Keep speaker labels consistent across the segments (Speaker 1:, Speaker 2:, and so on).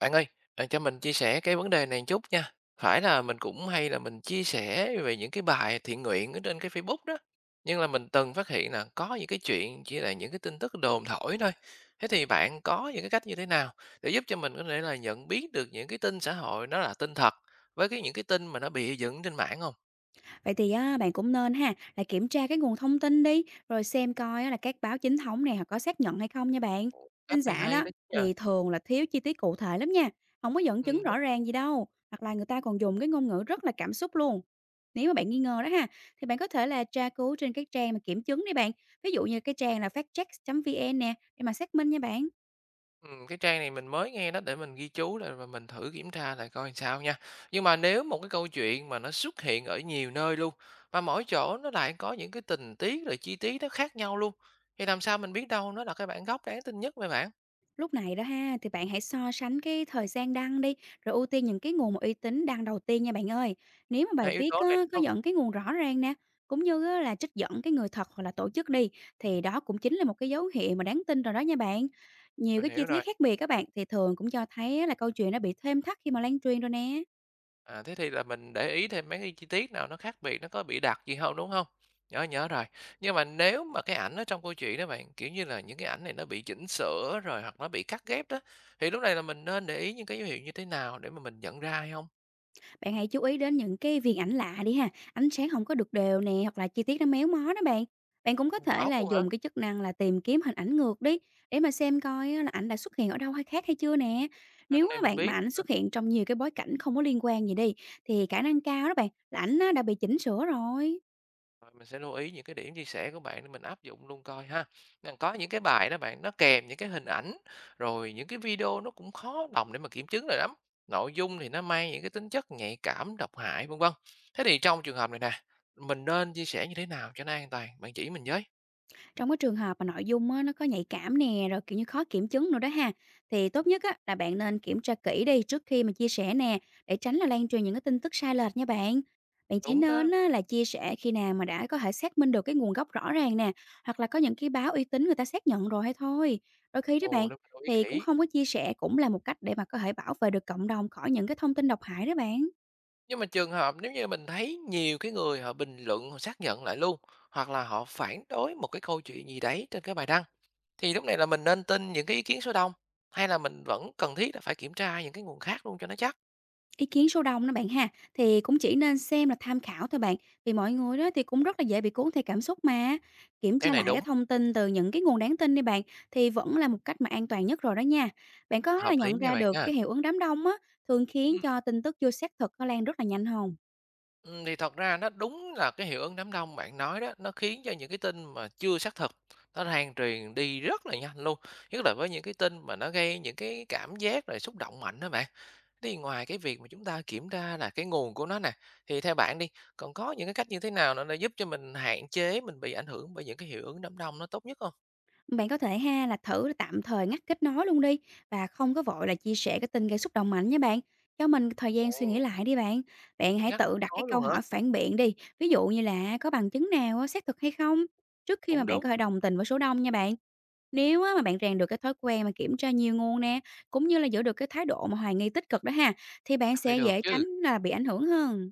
Speaker 1: Bạn ơi, bạn cho mình chia sẻ cái vấn đề này chút nha. Phải là mình cũng hay là mình chia sẻ về những cái bài thiện nguyện ở trên cái Facebook đó. Nhưng là mình từng phát hiện là có những cái chuyện chỉ là những cái tin tức đồn thổi thôi. Thế thì bạn có những cái cách như thế nào để giúp cho mình có thể là nhận biết được những cái tin xã hội nó là tin thật với cái những cái tin mà nó bị dựng trên mạng không?
Speaker 2: Vậy thì á, bạn cũng nên ha là kiểm tra cái nguồn thông tin đi, rồi xem coi á là các báo chính thống này họ có xác nhận hay không nha bạn.
Speaker 1: Cách
Speaker 2: Tin
Speaker 1: này
Speaker 2: giả
Speaker 1: hay
Speaker 2: đó
Speaker 1: đó chứ nhờ.
Speaker 2: thì thường là thiếu chi tiết cụ thể lắm nha, không có dẫn
Speaker 1: Ừ,
Speaker 2: chứng rõ
Speaker 1: đúng.
Speaker 2: ràng gì đâu, hoặc là người ta còn dùng cái ngôn ngữ rất là cảm xúc luôn. Nếu mà bạn nghi ngờ đó ha, thì bạn có thể là tra cứu trên các trang mà kiểm chứng đi bạn. Ví dụ như cái trang là factcheck.vn nè, để mà xác minh nha bạn.
Speaker 1: Cái trang này mình mới nghe đó để mình ghi chú lại và mình thử kiểm tra lại coi sao nha. Nhưng mà nếu một cái câu chuyện mà nó xuất hiện ở nhiều nơi luôn, mà mỗi chỗ nó lại có những cái tình tiết rồi chi tiết nó khác nhau luôn, thì làm sao mình biết đâu nó là cái bản gốc đáng tin nhất vậy bạn?
Speaker 2: Lúc này đó ha, thì bạn hãy so sánh cái thời gian đăng đi, rồi ưu tiên những cái nguồn mà uy tín đăng đầu tiên nha bạn ơi. Nếu mà
Speaker 1: Là
Speaker 2: bài
Speaker 1: yếu
Speaker 2: viết
Speaker 1: tố này,
Speaker 2: á,
Speaker 1: đúng
Speaker 2: có
Speaker 1: hông?
Speaker 2: dẫn cái nguồn rõ ràng nè, cũng như á, là trích dẫn cái người thật hoặc là tổ chức đi, thì đó cũng chính là một cái dấu hiệu mà đáng tin rồi đó nha bạn. Nhiều
Speaker 1: Mình
Speaker 2: cái chi
Speaker 1: hiểu rồi.
Speaker 2: tiết khác biệt các bạn thì thường cũng cho thấy á, là câu chuyện đã bị thêm thắt khi mà lan truyền rồi nè.
Speaker 1: À, thế thì là mình để ý thêm mấy cái chi tiết nào nó khác biệt, nó có bị đặc gì không, đúng không? Nhớ nhớ rồi. Nhưng mà nếu mà cái ảnh ở trong câu chuyện đó bạn, kiểu như là, những cái ảnh này nó bị chỉnh sửa rồi hoặc nó bị cắt ghép đó, thì lúc này là mình nên để ý những cái dấu hiệu như thế nào để mà mình nhận ra hay không?
Speaker 2: Bạn hãy chú ý đến những cái viền ảnh lạ đi ha, ánh sáng không có được đều nè, hoặc là chi tiết nó méo mó đó bạn. Bạn cũng có thể
Speaker 1: Có
Speaker 2: là
Speaker 1: luôn hả?
Speaker 2: dùng cái chức năng là tìm kiếm hình ảnh ngược đi, để mà xem coi á là ảnh đã xuất hiện ở đâu hay khác hay chưa nè.
Speaker 1: Cái
Speaker 2: Nếu á
Speaker 1: này mình
Speaker 2: bạn mà
Speaker 1: biết.
Speaker 2: ảnh xuất hiện trong nhiều cái bối cảnh không có liên quan gì đi, thì khả năng cao đó bạn là ảnh á đã bị chỉnh sửa rồi.
Speaker 1: Rồi mình sẽ lưu ý những cái điểm chia sẻ của bạn để mình áp dụng luôn coi ha. Nên có những cái bài đó bạn nó kèm những cái hình ảnh rồi những cái video nó cũng khó lòng để mà kiểm chứng rồi lắm. Nội dung thì nó mang những cái tính chất nhạy cảm, độc hại vân vân. Thế thì trong trường hợp này nè, mình nên chia sẻ như thế nào cho nó an toàn? Bạn chỉ mình với.
Speaker 2: Trong cái trường hợp mà nội dung á, nó có nhạy cảm nè, rồi, kiểu như, khó kiểm chứng nữa đó ha, thì tốt nhất á, là bạn nên kiểm tra kỹ đi trước khi mà chia sẻ nè, để tránh là lan truyền những cái tin tức sai lệch nha bạn. Bạn chỉ
Speaker 1: Đúng
Speaker 2: nên
Speaker 1: đó.
Speaker 2: á, là chia sẻ khi nào mà đã có thể xác minh được cái nguồn gốc rõ ràng nè, hoặc là có những cái báo uy tín người ta xác nhận rồi hay thôi. Đôi khi đó bạn,
Speaker 1: Ồ, để mình lưu ý
Speaker 2: thì cũng
Speaker 1: kỹ.
Speaker 2: không có chia sẻ cũng là một cách để mà có thể bảo vệ được cộng đồng khỏi những cái thông tin độc hại đó bạn.
Speaker 1: Nhưng mà trường hợp nếu như mình thấy nhiều cái người họ bình luận, họ xác nhận lại luôn hoặc là họ phản đối một cái câu chuyện gì đấy trên cái bài đăng. Thì lúc này là mình nên tin những cái ý kiến số đông, hay là mình vẫn cần thiết là phải kiểm tra những cái nguồn khác luôn cho nó chắc?
Speaker 2: Ý kiến số đông đó bạn ha, thì cũng chỉ nên xem là tham khảo thôi bạn, vì mọi người đó thì cũng rất là dễ bị cuốn theo cảm xúc mà. Kiểm
Speaker 1: Cái
Speaker 2: tra
Speaker 1: này
Speaker 2: lại cái
Speaker 1: đúng,
Speaker 2: thông tin từ những cái nguồn đáng tin đi bạn, thì vẫn là một cách mà an toàn nhất rồi đó nha. Bạn có là
Speaker 1: hợp lý
Speaker 2: nhận
Speaker 1: nha
Speaker 2: ra
Speaker 1: bạn
Speaker 2: được
Speaker 1: nha.
Speaker 2: cái hiệu ứng đám đông á, thường khiến
Speaker 1: Ừm,
Speaker 2: cho tin tức chưa xác thực nó lan rất là nhanh không?
Speaker 1: ừm, thì thật ra nó đúng là cái hiệu ứng đám đông bạn nói đó, nó khiến cho những cái tin mà chưa xác thực nó lan truyền đi rất là nhanh luôn, nhất là với những cái tin mà nó gây những cái cảm giác rồi xúc động mạnh đó bạn. Thế thì ngoài cái việc mà chúng ta kiểm tra là cái nguồn của nó nè, thì theo bạn đi, còn có những cái cách như thế nào nữa để giúp cho mình hạn chế mình bị ảnh hưởng bởi những cái hiệu ứng đám đông nó tốt nhất không?
Speaker 2: Bạn có thể ha là thử tạm thời ngắt kết nối luôn đi, và không có vội là chia sẻ cái tin gây xúc động mạnh nha bạn. Cho mình thời gian suy nghĩ
Speaker 1: Ồ.
Speaker 2: lại đi bạn. Bạn hãy
Speaker 1: Ngắt kết
Speaker 2: tự đặt cái
Speaker 1: nối
Speaker 2: câu
Speaker 1: luôn hả?
Speaker 2: hỏi phản biện đi. Ví dụ như là có bằng chứng nào á, xác thực hay không? Trước khi mà
Speaker 1: Cũng
Speaker 2: bạn
Speaker 1: đúng,
Speaker 2: có thể đồng tình với số đông nha bạn. Nếu á, mà bạn rèn được cái thói quen mà kiểm tra nhiều nguồn nè, cũng như là giữ được cái thái độ mà hoài nghi tích cực đó ha, thì bạn
Speaker 1: chắc phải
Speaker 2: sẽ
Speaker 1: được
Speaker 2: dễ tránh
Speaker 1: chứ.
Speaker 2: là bị ảnh hưởng hơn.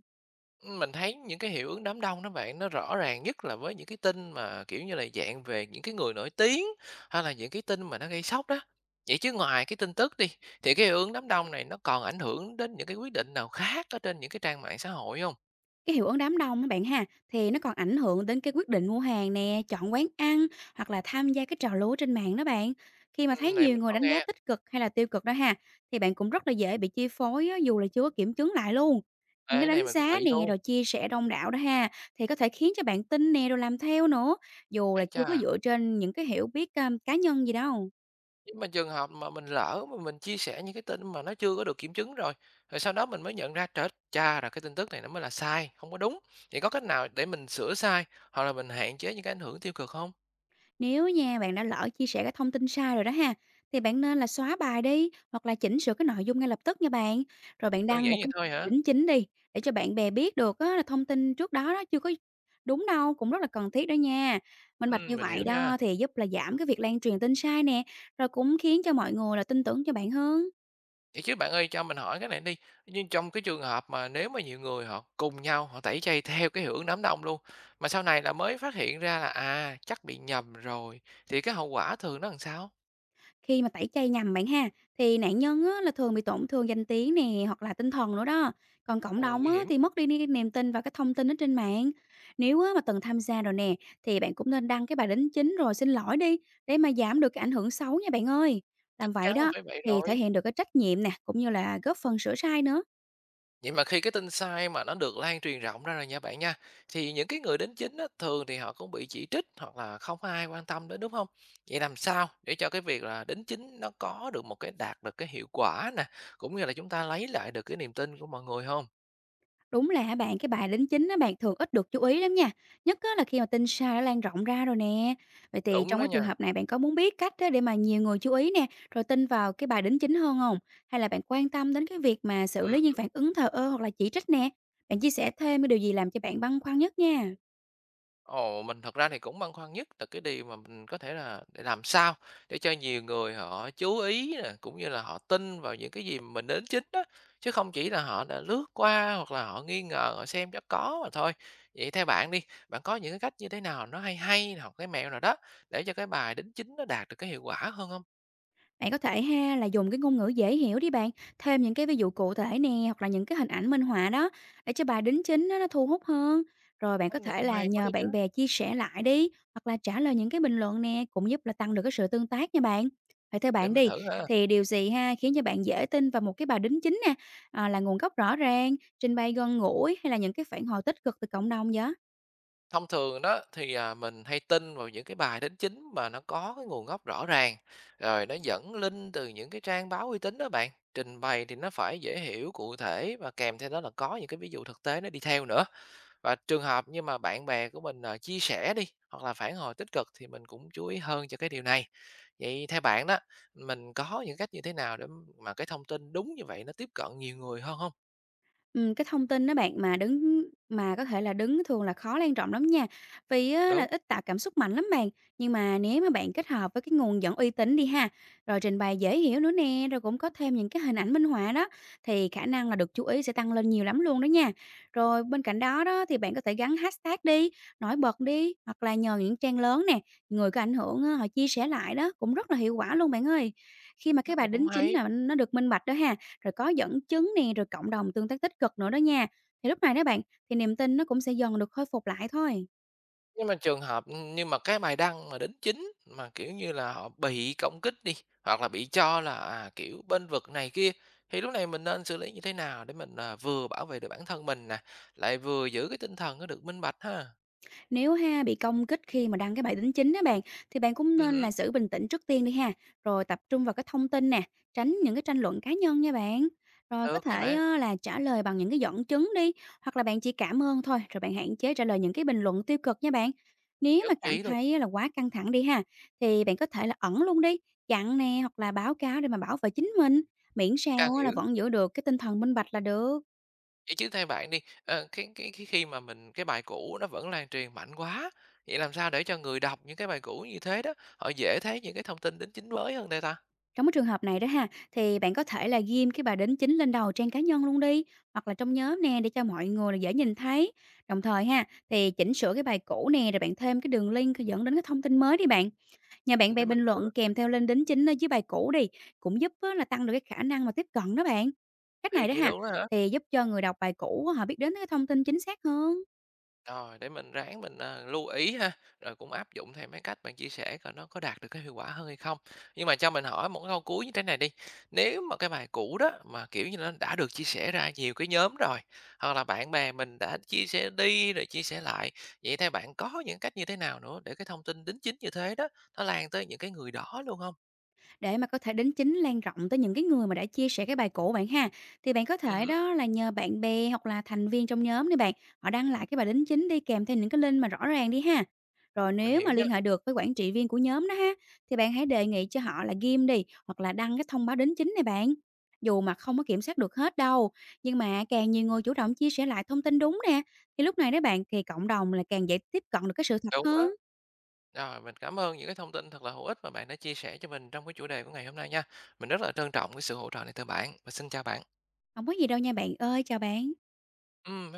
Speaker 1: Mình thấy những cái hiệu ứng đám đông đó bạn, nó rõ ràng nhất là với những cái tin mà, kiểu như là, dạng về những cái người nổi tiếng, hay là những cái tin mà nó gây sốc đó. Vậy chứ ngoài cái tin tức đi, thì cái hiệu ứng đám đông này nó còn ảnh hưởng đến những cái quyết định nào khác ở trên những cái trang mạng xã hội không?
Speaker 2: Cái hiệu ứng đám đông các bạn ha, thì nó còn ảnh hưởng đến cái quyết định mua hàng nè, chọn quán ăn hoặc là tham gia cái trò lưu trên mạng đó bạn. Khi mà thấy
Speaker 1: Này
Speaker 2: nhiều
Speaker 1: mình
Speaker 2: người
Speaker 1: có
Speaker 2: đánh
Speaker 1: nghe,
Speaker 2: giá
Speaker 1: ê,
Speaker 2: tích cực hay là tiêu cực đó ha, thì bạn cũng rất là dễ bị chi phối á, dù là chưa có kiểm chứng lại luôn. Những cái
Speaker 1: cái này
Speaker 2: đánh
Speaker 1: mình cũng
Speaker 2: giá
Speaker 1: bị
Speaker 2: nè
Speaker 1: luôn,
Speaker 2: rồi chia sẻ đông đảo đó ha, thì có thể khiến cho bạn tin nè rồi làm theo nữa, dù là
Speaker 1: ái
Speaker 2: chưa có
Speaker 1: cha.
Speaker 2: dựa trên những cái hiểu biết cá nhân gì đâu.
Speaker 1: Nhưng mà trường hợp mà mình lỡ mà mình chia sẻ những cái tin mà nó chưa có được kiểm chứng rồi, rồi sau đó mình mới nhận ra "Trời đất, cha! Là cái tin tức này nó mới là sai, không có đúng." Vậy có cách nào để mình sửa sai hoặc là mình hạn chế những cái ảnh hưởng tiêu cực không?
Speaker 2: Nếu nha bạn đã lỡ chia sẻ cái thông tin sai rồi đó ha, thì bạn nên là xóa bài đi hoặc là chỉnh sửa cái nội dung ngay lập tức nha bạn. Rồi bạn
Speaker 1: Đơn
Speaker 2: đăng
Speaker 1: giản
Speaker 2: một
Speaker 1: vậy
Speaker 2: cái
Speaker 1: thôi hả?
Speaker 2: đính chính đi, để cho bạn bè biết được á, là thông tin trước đó đó chưa có đúng đâu, cũng rất là cần thiết đó nha. Minh bạch như
Speaker 1: Mình
Speaker 2: vậy
Speaker 1: hiểu nha.
Speaker 2: đó thì giúp là giảm cái việc lan truyền tin sai nè, rồi cũng khiến cho mọi người là tin tưởng cho bạn hơn.
Speaker 1: Vậy chứ bạn ơi, cho mình hỏi cái này đi, nhưng trong cái trường hợp mà nếu mà nhiều người họ cùng nhau họ tẩy chay theo cái hiệu ứng đám đông luôn, mà sau này là mới phát hiện ra là, à, chắc bị nhầm rồi, thì cái hậu quả thường nó làm sao?
Speaker 2: Khi mà tẩy chay nhầm bạn ha, thì nạn nhân á, là thường bị tổn thương danh tiếng nè hoặc là tinh thần nữa đó. Còn cộng
Speaker 1: Ồ,
Speaker 2: đồng
Speaker 1: nguy
Speaker 2: á,
Speaker 1: hiểm,
Speaker 2: thì mất đi niềm tin vào cái thông tin ở trên mạng. Nếu á, mà từng tham gia rồi nè, thì bạn cũng nên đăng cái bài đính chính rồi xin lỗi đi, để mà giảm được cái ảnh hưởng xấu nha bạn ơi.
Speaker 1: chắc
Speaker 2: Làm vậy
Speaker 1: chắn là
Speaker 2: đó
Speaker 1: phải vậy
Speaker 2: thì
Speaker 1: rồi.
Speaker 2: thể hiện được cái trách nhiệm nè, cũng như là góp phần sửa sai nữa.
Speaker 1: Vậy mà khi cái tin sai mà nó được lan truyền rộng ra rồi nha bạn nha, thì những cái người đến chính á, thường thì họ cũng bị chỉ trích hoặc là không có ai quan tâm đến đúng không? Vậy làm sao để cho cái việc là đính chính nó có được một cái đạt được cái hiệu quả nè, cũng như là chúng ta lấy lại được cái niềm tin của mọi người không?
Speaker 2: Đúng là á bạn, cái bài đính chính á bạn thường ít được chú ý lắm nha, nhất á là khi mà tin sai đã lan rộng ra rồi nè. Vậy thì
Speaker 1: Đúng
Speaker 2: trong
Speaker 1: đó
Speaker 2: cái trường
Speaker 1: nha.
Speaker 2: hợp này bạn có muốn biết cách á để mà nhiều người chú ý nè, rồi tin vào cái bài đính chính hơn hông? Hay là bạn quan tâm đến cái việc mà xử
Speaker 1: Ừ.
Speaker 2: lý những phản ứng thờ ơ hoặc là chỉ trích nè? Bạn chia sẻ thêm cái điều gì làm cho bạn băn khoăn nhất nha.
Speaker 1: Ồ, mình thật ra thì cũng băn khoăn nhất là cái điều mà mình có thể là để làm sao để cho nhiều người họ chú ý nè, cũng như là họ tin vào những cái gì mà mình đính chính đó chứ không chỉ là họ đã lướt qua hoặc là họ nghi ngờ, họ xem cho có mà thôi. Vậy theo bạn đi, bạn có những cái cách như thế nào nó hay hay hoặc cái mẹo nào đó để cho cái bài đính chính nó đạt được cái hiệu quả hơn không?
Speaker 2: Bạn có thể ha là dùng cái ngôn ngữ dễ hiểu đi bạn, thêm những cái ví dụ cụ thể nè hoặc là những cái hình ảnh minh họa đó, để cho bài đính chính á, nó thu hút hơn. Rồi bạn có
Speaker 1: Cách này
Speaker 2: thể
Speaker 1: cũng
Speaker 2: là
Speaker 1: hay quá
Speaker 2: nhờ
Speaker 1: đó chứ,
Speaker 2: bạn bè chia sẻ lại đi, hoặc là trả lời những cái bình luận nè cũng giúp là tăng được cái sự tương tác nha bạn. Vậy theo
Speaker 1: để
Speaker 2: bạn
Speaker 1: mình
Speaker 2: đi,
Speaker 1: thử ha.
Speaker 2: thì điều gì ha khiến cho bạn dễ tin vào một cái bài đính chính nè, à, là nguồn gốc rõ ràng, trình bày gần gũi hay là những cái phản hồi tích cực từ cộng đồng vậy?
Speaker 1: Thông thường đó thì, à, mình hay tin vào những cái bài đính chính mà nó có cái nguồn gốc rõ ràng, rồi nó dẫn link từ những cái trang báo uy tín đó bạn, trình bày thì nó phải dễ hiểu, cụ thể và kèm theo đó là có những cái ví dụ thực tế nó đi theo nữa. Và trường hợp như mà bạn bè của mình, ờ, chia sẻ đi, hoặc là phản hồi tích cực thì mình cũng chú ý hơn cho cái điều này. Vậy theo bạn đó, mình có những cách như thế nào để mà cái thông tin đúng như vậy nó tiếp cận nhiều người hơn không?
Speaker 2: Cái thông tin đó bạn mà đứng mà có thể là đứng thường là khó lan rộng lắm nha, vì á là
Speaker 1: Đúng,
Speaker 2: ít tạo cảm xúc mạnh lắm bạn. Nhưng mà nếu mà bạn kết hợp với cái nguồn dẫn uy tín đi ha, rồi trình bày dễ hiểu nữa nè, rồi cũng có thêm những cái hình ảnh minh họa đó, thì khả năng là được chú ý sẽ tăng lên nhiều lắm luôn đó nha. Rồi bên cạnh đó đó thì bạn có thể gắn hashtag đi, nổi bật đi, hoặc là nhờ những trang lớn nè, người có ảnh hưởng á, họ chia sẻ lại đó, cũng rất là hiệu quả luôn bạn ơi. Khi mà cái
Speaker 1: cách
Speaker 2: bài
Speaker 1: này cũng
Speaker 2: đính chính
Speaker 1: hay.
Speaker 2: là nó được minh bạch đó ha, rồi có dẫn chứng nè, rồi cộng đồng tương tác tích cực nữa đó nha. Thì lúc này đó bạn, thì niềm tin nó cũng sẽ dần được khôi phục lại thôi.
Speaker 1: Nhưng mà trường hợp nhưng mà cái bài đăng mà đính chính mà, kiểu như là, họ bị công kích đi, hoặc là bị cho là, à, kiểu, bênh vực này kia, thì lúc này mình nên xử lý như thế nào để mình, à, vừa bảo vệ được bản thân mình nè, lại vừa giữ cái tinh thần nó được minh bạch ha?
Speaker 2: Nếu ha bị công kích khi mà đăng cái bài đính chính đó bạn, thì bạn cũng nên
Speaker 1: Hứm,
Speaker 2: là giữ bình tĩnh trước tiên đi ha, rồi tập trung vào cái thông tin nè, tránh những cái tranh luận cá nhân nha bạn. Rồi có
Speaker 1: được các
Speaker 2: thể
Speaker 1: bạn,
Speaker 2: á, là trả lời bằng những cái dẫn chứng đi, hoặc là bạn chỉ cảm ơn thôi, rồi bạn hạn chế trả lời những cái bình luận tiêu cực nha bạn. Nếu mà
Speaker 1: nhất
Speaker 2: cảm
Speaker 1: trí luôn,
Speaker 2: thấy là quá căng thẳng đi ha, thì bạn có thể là ẩn luôn đi, chặn nè, hoặc là báo cáo để mà bảo vệ chính mình, miễn
Speaker 1: càng
Speaker 2: sao á, là
Speaker 1: hiểu.
Speaker 2: vẫn giữ được cái tinh thần minh bạch là được.
Speaker 1: Vậy chứ thay bạn đi, ờ, cái khi mà mình cái bài cũ nó vẫn lan truyền mạnh quá, vậy làm sao để cho người đọc những cái bài cũ như thế đó, họ dễ thấy những cái thông tin đính chính mới hơn đây ta?
Speaker 2: Trong cái trường hợp này đó ha, thì bạn có thể là ghim cái bài đính chính lên đầu trang cá nhân luôn đi, hoặc là trong nhóm nè để cho mọi người là dễ nhìn thấy. Đồng thời ha, thì chỉnh sửa cái bài cũ nè rồi bạn thêm cái đường link dẫn đến cái thông tin mới đi bạn. Nhà bạn bè
Speaker 1: Để
Speaker 2: bình
Speaker 1: mình thử,
Speaker 2: luận kèm theo link đính chính ở dưới bài cũ đi, cũng giúp á, là tăng được cái khả năng mà tiếp cận đó bạn. Cách này
Speaker 1: thiệt
Speaker 2: đó
Speaker 1: vậy
Speaker 2: ha,
Speaker 1: luôn á hả?
Speaker 2: thì giúp cho người đọc bài cũ họ biết đến cái thông tin chính xác hơn.
Speaker 1: Rồi, để mình ráng mình, ờ, lưu ý ha, rồi cũng áp dụng theo mấy cách bạn chia sẻ coi nó có đạt được cái hiệu quả hơn hay không. Nhưng mà cho mình hỏi một câu cuối như thế này đi, nếu mà cái bài cũ đó mà, kiểu như, nó đã được chia sẻ ra nhiều cái nhóm rồi, hoặc là bạn bè mình đã chia sẻ đi rồi chia sẻ lại, vậy theo bạn có những cách như thế nào nữa để cái thông tin đính chính như thế đó, nó lan tới những cái người đó luôn không?
Speaker 2: Để mà có thể đính chính lan rộng tới những cái người mà đã chia sẻ cái bài cũ bạn ha, thì bạn có thể
Speaker 1: Ừm,
Speaker 2: đó là nhờ bạn bè hoặc là thành viên trong nhóm đi bạn, họ đăng lại cái bài đính chính đi kèm theo những cái link mà rõ ràng đi ha. Rồi
Speaker 1: mình
Speaker 2: nếu mà
Speaker 1: hiểu nha,
Speaker 2: liên hệ được với quản trị viên của nhóm đó ha, thì bạn hãy đề nghị cho họ là ghim đi hoặc là đăng cái thông báo đính chính này bạn. Dù mà không có kiểm soát được hết đâu, nhưng mà càng nhiều người chủ động chia sẻ lại thông tin đúng nè, thì lúc này đó bạn thì cộng đồng là càng dễ tiếp cận được cái sự thật
Speaker 1: đúng đó.
Speaker 2: hơn.
Speaker 1: Rồi, mình cảm ơn những cái thông tin thật là hữu ích mà bạn đã chia sẻ cho mình trong cái chủ đề của ngày hôm nay nha. Mình rất là trân trọng cái sự hỗ trợ này từ bạn và xin chào bạn.
Speaker 2: Không có gì đâu nha bạn ơi, chào bạn.
Speaker 1: Ừm,